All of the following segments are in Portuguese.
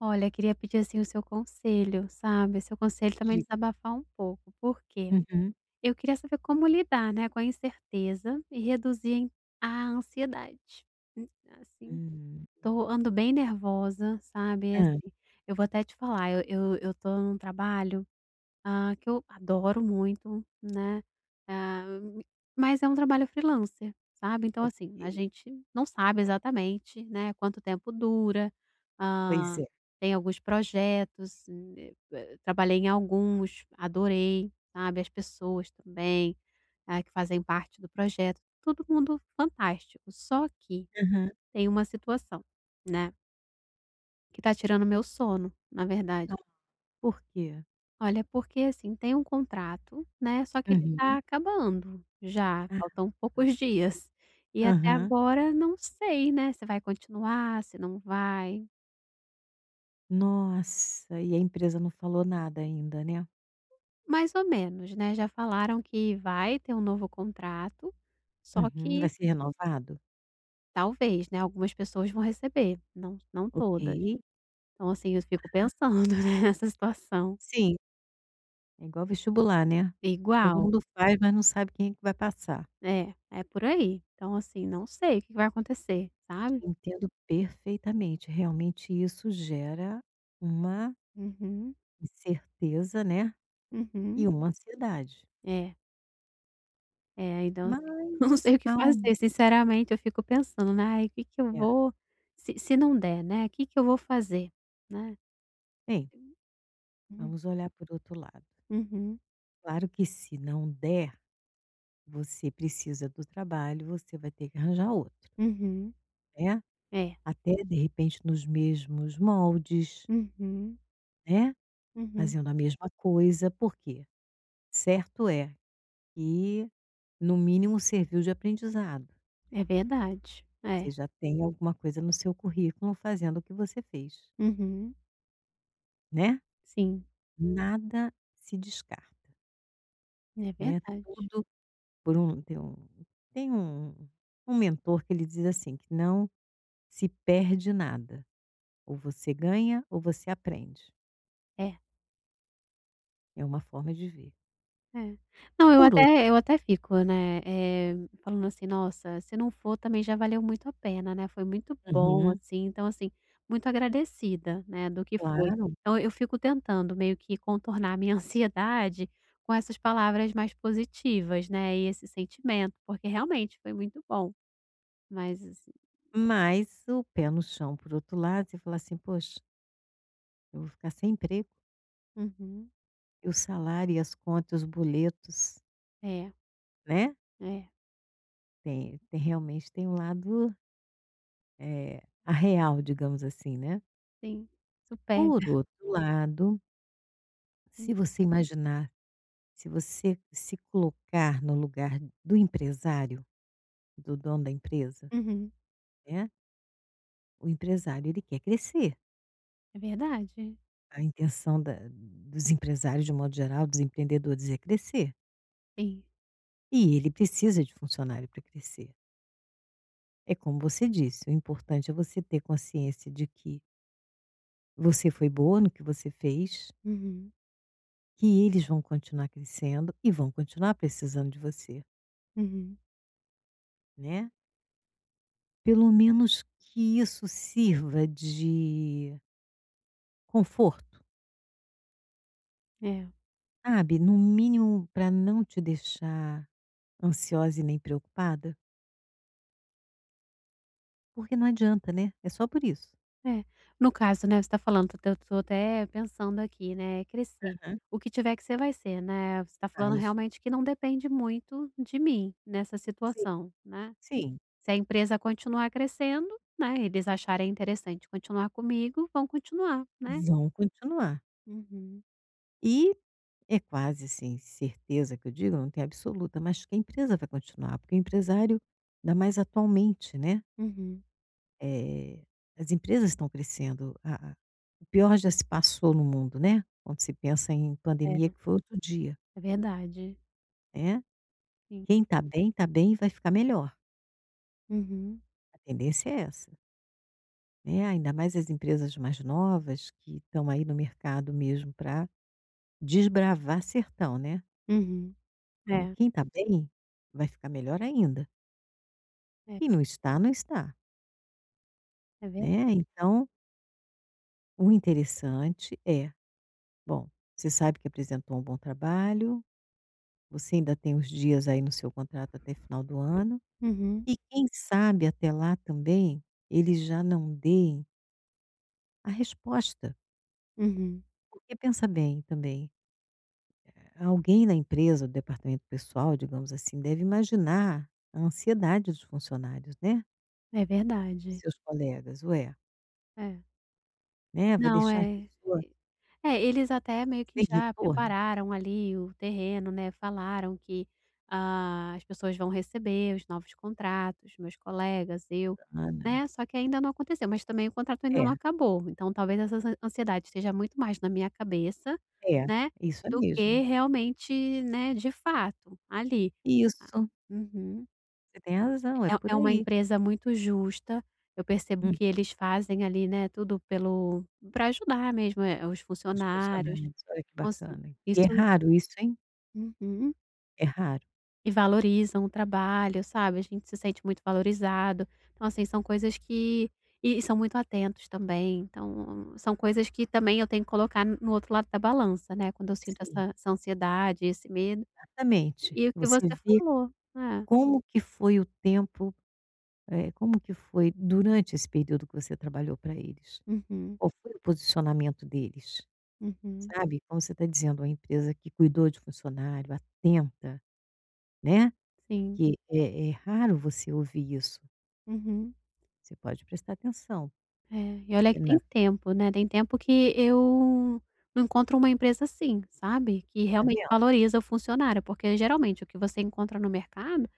Olha, queria pedir, assim, o seu conselho, sabe, seu conselho também Diga. desabafar um pouco, por quê? Uhum. Eu queria saber como lidar, né, com a incerteza e reduzir a ansiedade. Hum, assim, Hum. tô ando bem nervosa, sabe, Hã, assim, eu vou até te falar, eu tô num trabalho, que eu adoro muito, né, ah, me- mas é um trabalho freelancer, sabe, então assim, ok. a gente não sabe exatamente, né, quanto tempo dura, Pois ah, é. tem alguns projetos, trabalhei em alguns, adorei, sabe, as pessoas também, que fazem parte do projeto, todo mundo fantástico, só que Aham. tem uma situação, né, que tá tirando meu sono, na Ah, verdade. por quê? Olha, porque assim, tem um contrato, né, só que ele está Uhum. acabando já, Ah. faltam poucos dias. E até Aham. agora não sei, né, se vai continuar, se não vai. Nossa, e a empresa não falou nada ainda, né? Mais ou menos, né, já falaram que vai ter um novo contrato, só Uhum. Vai que ser renovado? talvez, né, algumas pessoas vão receber, não não Ok. todas. Então assim, eu fico pensando, né, nessa situação. Sim, é igual vestibular, né? Igual, Todo mundo faz, mas não sabe quem é que vai passar. é, é por aí. Então assim, não sei o que que vai acontecer, sabe. Entendo perfeitamente. Realmente isso gera uma Uhum, incerteza, né, uhum, e uma ansiedade. é. É, então assim, não sei Mas o que ao fazer, sinceramente eu fico pensando, né: "Ai, o que que eu É, vou, se não der, né, o que que eu vou fazer?", né. tem. Uhum, Vamos olhar por outro lado. uhum, Claro que se não der, você precisa do trabalho, você vai ter que arranjar outro, uhum, né. é, Até, de repente, nos mesmos moldes, uhum, né, uhum. fazendo a mesma coisa, por quê? Certo é que, no mínimo, serviu de aprendizado. É verdade, é, Você já tem alguma coisa no seu currículo fazendo o que você fez, uhum, né. sim, Nada se descarta, é né, verdade, tudo por um tem um mentor que ele diz assim, que não se perde nada. Ou você ganha ou você aprende. é. É uma forma de ver. É. Não, eu Por outro até eu até fico, né, falando assim: "Nossa, se não for também já valeu muito a pena, né, foi muito bom", Uhum. assim. Então, assim, muito agradecida, né, do que foi. Claro, Então eu fico tentando meio que contornar a minha ansiedade com essas palavras mais positivas, né, e esse sentimento, porque realmente foi muito bom. Mas assim. mas o pé no chão, por outro lado, você fala assim: "Poxa, eu vou ficar sem emprego, Uhum. e o salário, e as contas, os boletos", É, né. é, Tem realmente tem um lado, a real, digamos assim, né. sim, isso pega. Por outro lado, Hum, se você imaginar, se você se colocar no lugar do empresário, do dono da empresa, uhum. né. O empresário, ele quer crescer. É verdade, A intenção da dos empresários, de um modo geral, dos empreendedores, é crescer. sim. E ele precisa de funcionário para crescer. É como você disse, o importante é você ter consciência de que você foi boa no que você fez, Uhum, que eles vão continuar crescendo e vão continuar precisando de você, uhum. né. Pelo menos que isso sirva de conforto, É. sabe, no mínimo para não te deixar ansiosa e nem preocupada. Porque não adianta, né, é só por isso. É, no caso, né, você tá falando, eu tô até pensando aqui, né, crescer. Aham. O que tiver que ser, vai ser, né. Você tá Ah, falando isso realmente que não depende muito de mim nessa sim, situação, né. sim, Se a empresa continuar crescendo, né, eles acharem interessante continuar comigo, vão continuar, né. vão continuar. Uhum, E é quase, assim, certeza que eu digo, não tem absoluta, mas que a empresa vai continuar, porque o empresário, ainda mais atualmente, né, uhum. eh, as empresas estão crescendo, a o pior já se passou no mundo, né, quando se pensa em pandemia É, que foi outro dia, é verdade, né. sim. Quem está bem e vai ficar melhor, Uhum, a tendência é essa, né, ainda mais as empresas mais novas que estão aí no mercado mesmo para desbravar sertão, né. uhum. Então É, quem está bem, vai ficar melhor ainda. é, Quem não está, não está, é verdade. né. Então, o interessante é, bom, você sabe que apresentou um bom trabalho, você ainda tem os dias aí no seu contrato até final do ano, Uhum, e quem sabe até lá também, eles já não deem a resposta. uhum. Porque pensa bem também, alguém na empresa, do departamento pessoal, digamos assim, deve imaginar a ansiedade dos funcionários, né, É dos verdade, seus colegas. Ué, é. né, vai Não, deixar a é. pessoa É, eles até meio que sem já retorno? prepararam ali o terreno, né, falaram que, as pessoas vão receber os novos contratos, meus colegas, eu, Ana, né, só que ainda não aconteceu, mas também o contrato ainda é, não acabou, então talvez essa ansiedade esteja muito mais na minha cabeça, é, né, isso é do que mesmo. realmente, né, de fato, ali. Ah, Isso, uhum. você tem razão, é É por é uma aí. empresa muito justa, eu percebo Uhum, que eles fazem ali, né, tudo pelo, para ajudar mesmo, os os funcionários. funcionários, olha que Então assim, bacana. Que isso. é raro isso, hein, Uhum. é raro. E valorizam o trabalho, sabe, a gente se sente muito valorizado. Então assim, são coisas que, e são muito atentos também, então são coisas que também eu tenho que colocar no outro lado da balança, né, quando eu sinto Sim, essa ansiedade, esse medo, exatamente. e o que você Você vê falou. É. como que foi o tempo, como que foi durante esse período que você trabalhou para eles. Uhum, Qual foi o posicionamento deles, uhum. sabe, como você está dizendo, uma empresa que cuidou de funcionário, atenta, né, Sim. que é raro você ouvir isso. Uhum. Você pode prestar atenção, É, e olha e que na tem tempo, né, tem tempo que eu não encontro uma empresa assim, sabe, que tá realmente vendo? valoriza o funcionário, porque geralmente o que você encontra no mercado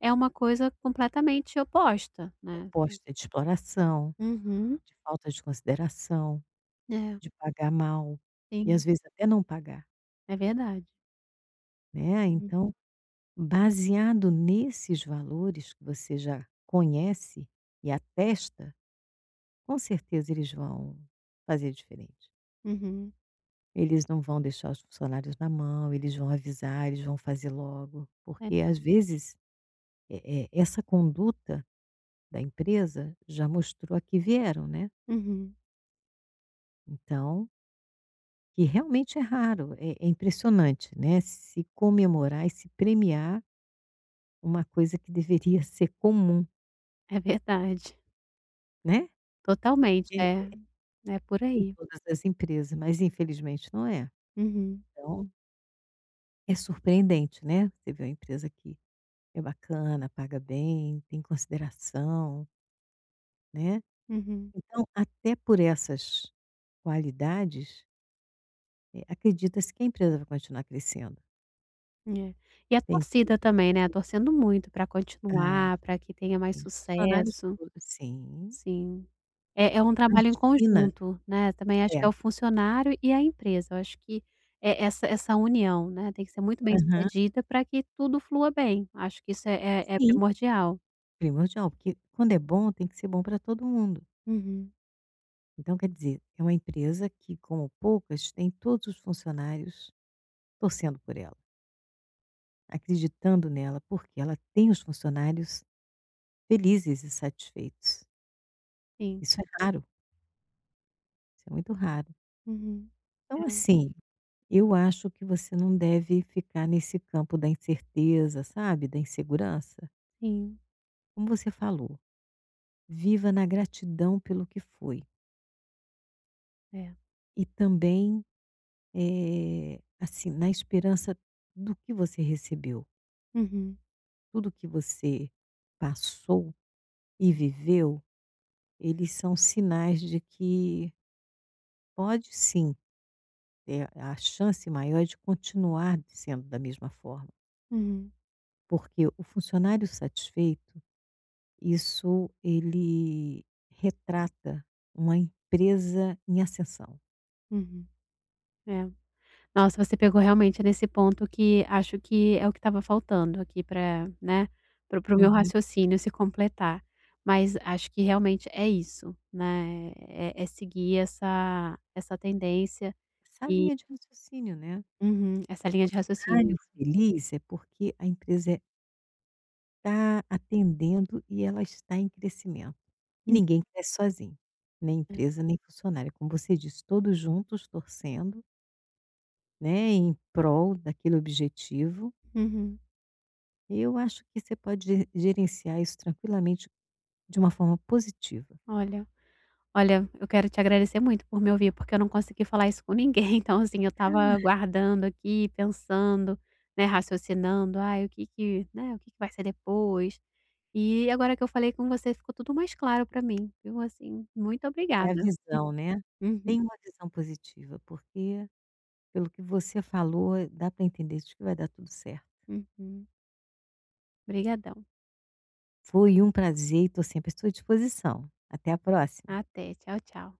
é uma coisa completamente oposta, né. Proposta de exploração, Uhum. de falta de consideração, É, de pagar mal, e às sim, vezes até não pagar, é verdade. né, Uhum, então, baseado nesses valores que você já conhece e atesta, com certeza eles vão fazer diferente. uhum. Eles não vão deixar os funcionários na mão, eles vão avisar, eles vão fazer logo, É, porque às vezes, essa conduta da empresa já mostrou a que vieram, né, uhum, então que realmente é raro, é impressionante, né, se comemorar e se premiar uma coisa que deveria ser comum, é verdade, né, totalmente, é. é, é por Em aí. todas as empresas, mas infelizmente não é. Uhum, Então, é surpreendente, né, você vê uma empresa que é bacana, paga bem, tem consideração, né. uhum, Então, até por essas qualidades, acredita-se que a empresa vai continuar crescendo. é. E a Tem tudo torcida para também, né, crescer. torcendo muito para Ah, continuar, para que tenha mais tem funcionários sucesso. todos sim. Sim. É um trabalho em Imagina. conjunto, né, também acho que É. é o funcionário e a empresa, eu acho que é essa união, né, tem que ser muito Aham. bem-sucedida para que tudo flua bem, acho que isso é Sim, primordial. primordial, porque quando é bom tem que ser bom para todo mundo. Uhum. Então quer dizer, é uma empresa que como poucas tem todos os funcionários torcendo por ela, acreditando nela, porque ela tem os funcionários felizes e satisfeitos. Sim. Isso é raro, isso é muito raro. Uhum. É, Então assim, eu acho que você não deve ficar nesse campo da incerteza, sabe, da insegurança. sim, Como você falou, viva na gratidão pelo que foi é. e também, eh, assim, na esperança do que você recebeu, Uhum, tudo que você passou e viveu, eles são sinais de que pode sim ter a chance maior de continuar sendo da mesma forma. uhum, Porque o funcionário satisfeito, isso ele retrata uma empresa em ascensão. uhum. É. Nossa, você pegou realmente nesse ponto que acho que é o que estava faltando aqui para, né, para o meu Uhum. raciocínio se completar. Mas acho que realmente é isso, né, é seguir essa tendência Essa e, linha de raciocínio, né. uhum, essa linha de raciocínio, Funcionário isso. feliz. É porque a empresa tá atendendo e ela está em crescimento. E Hum, ninguém cresce sozinho, nem é. empresa, nem funcionário. Como você disse, todos juntos torcendo, né, em prol daquele objetivo. Uhum. Eu acho que você pode gerenciar isso tranquilamente de uma forma positiva. Olha Olha, eu quero te agradecer muito por me ouvir, porque eu não consegui falar isso com ninguém. Então, assim, eu estava guardando aqui, pensando, né, raciocinando, ai, o que que, né, o que que vai ser depois. E agora que eu falei com você, ficou tudo mais claro para mim, viu? Assim, muito É a obrigada. visão, né? Uhum, Tem uma visão positiva, porque pelo que você falou, dá para entender de que vai dar tudo certo. uhum. Obrigadão. Foi um prazer e estou sempre à sua disposição. Até a próxima. Até. Tchau, tchau.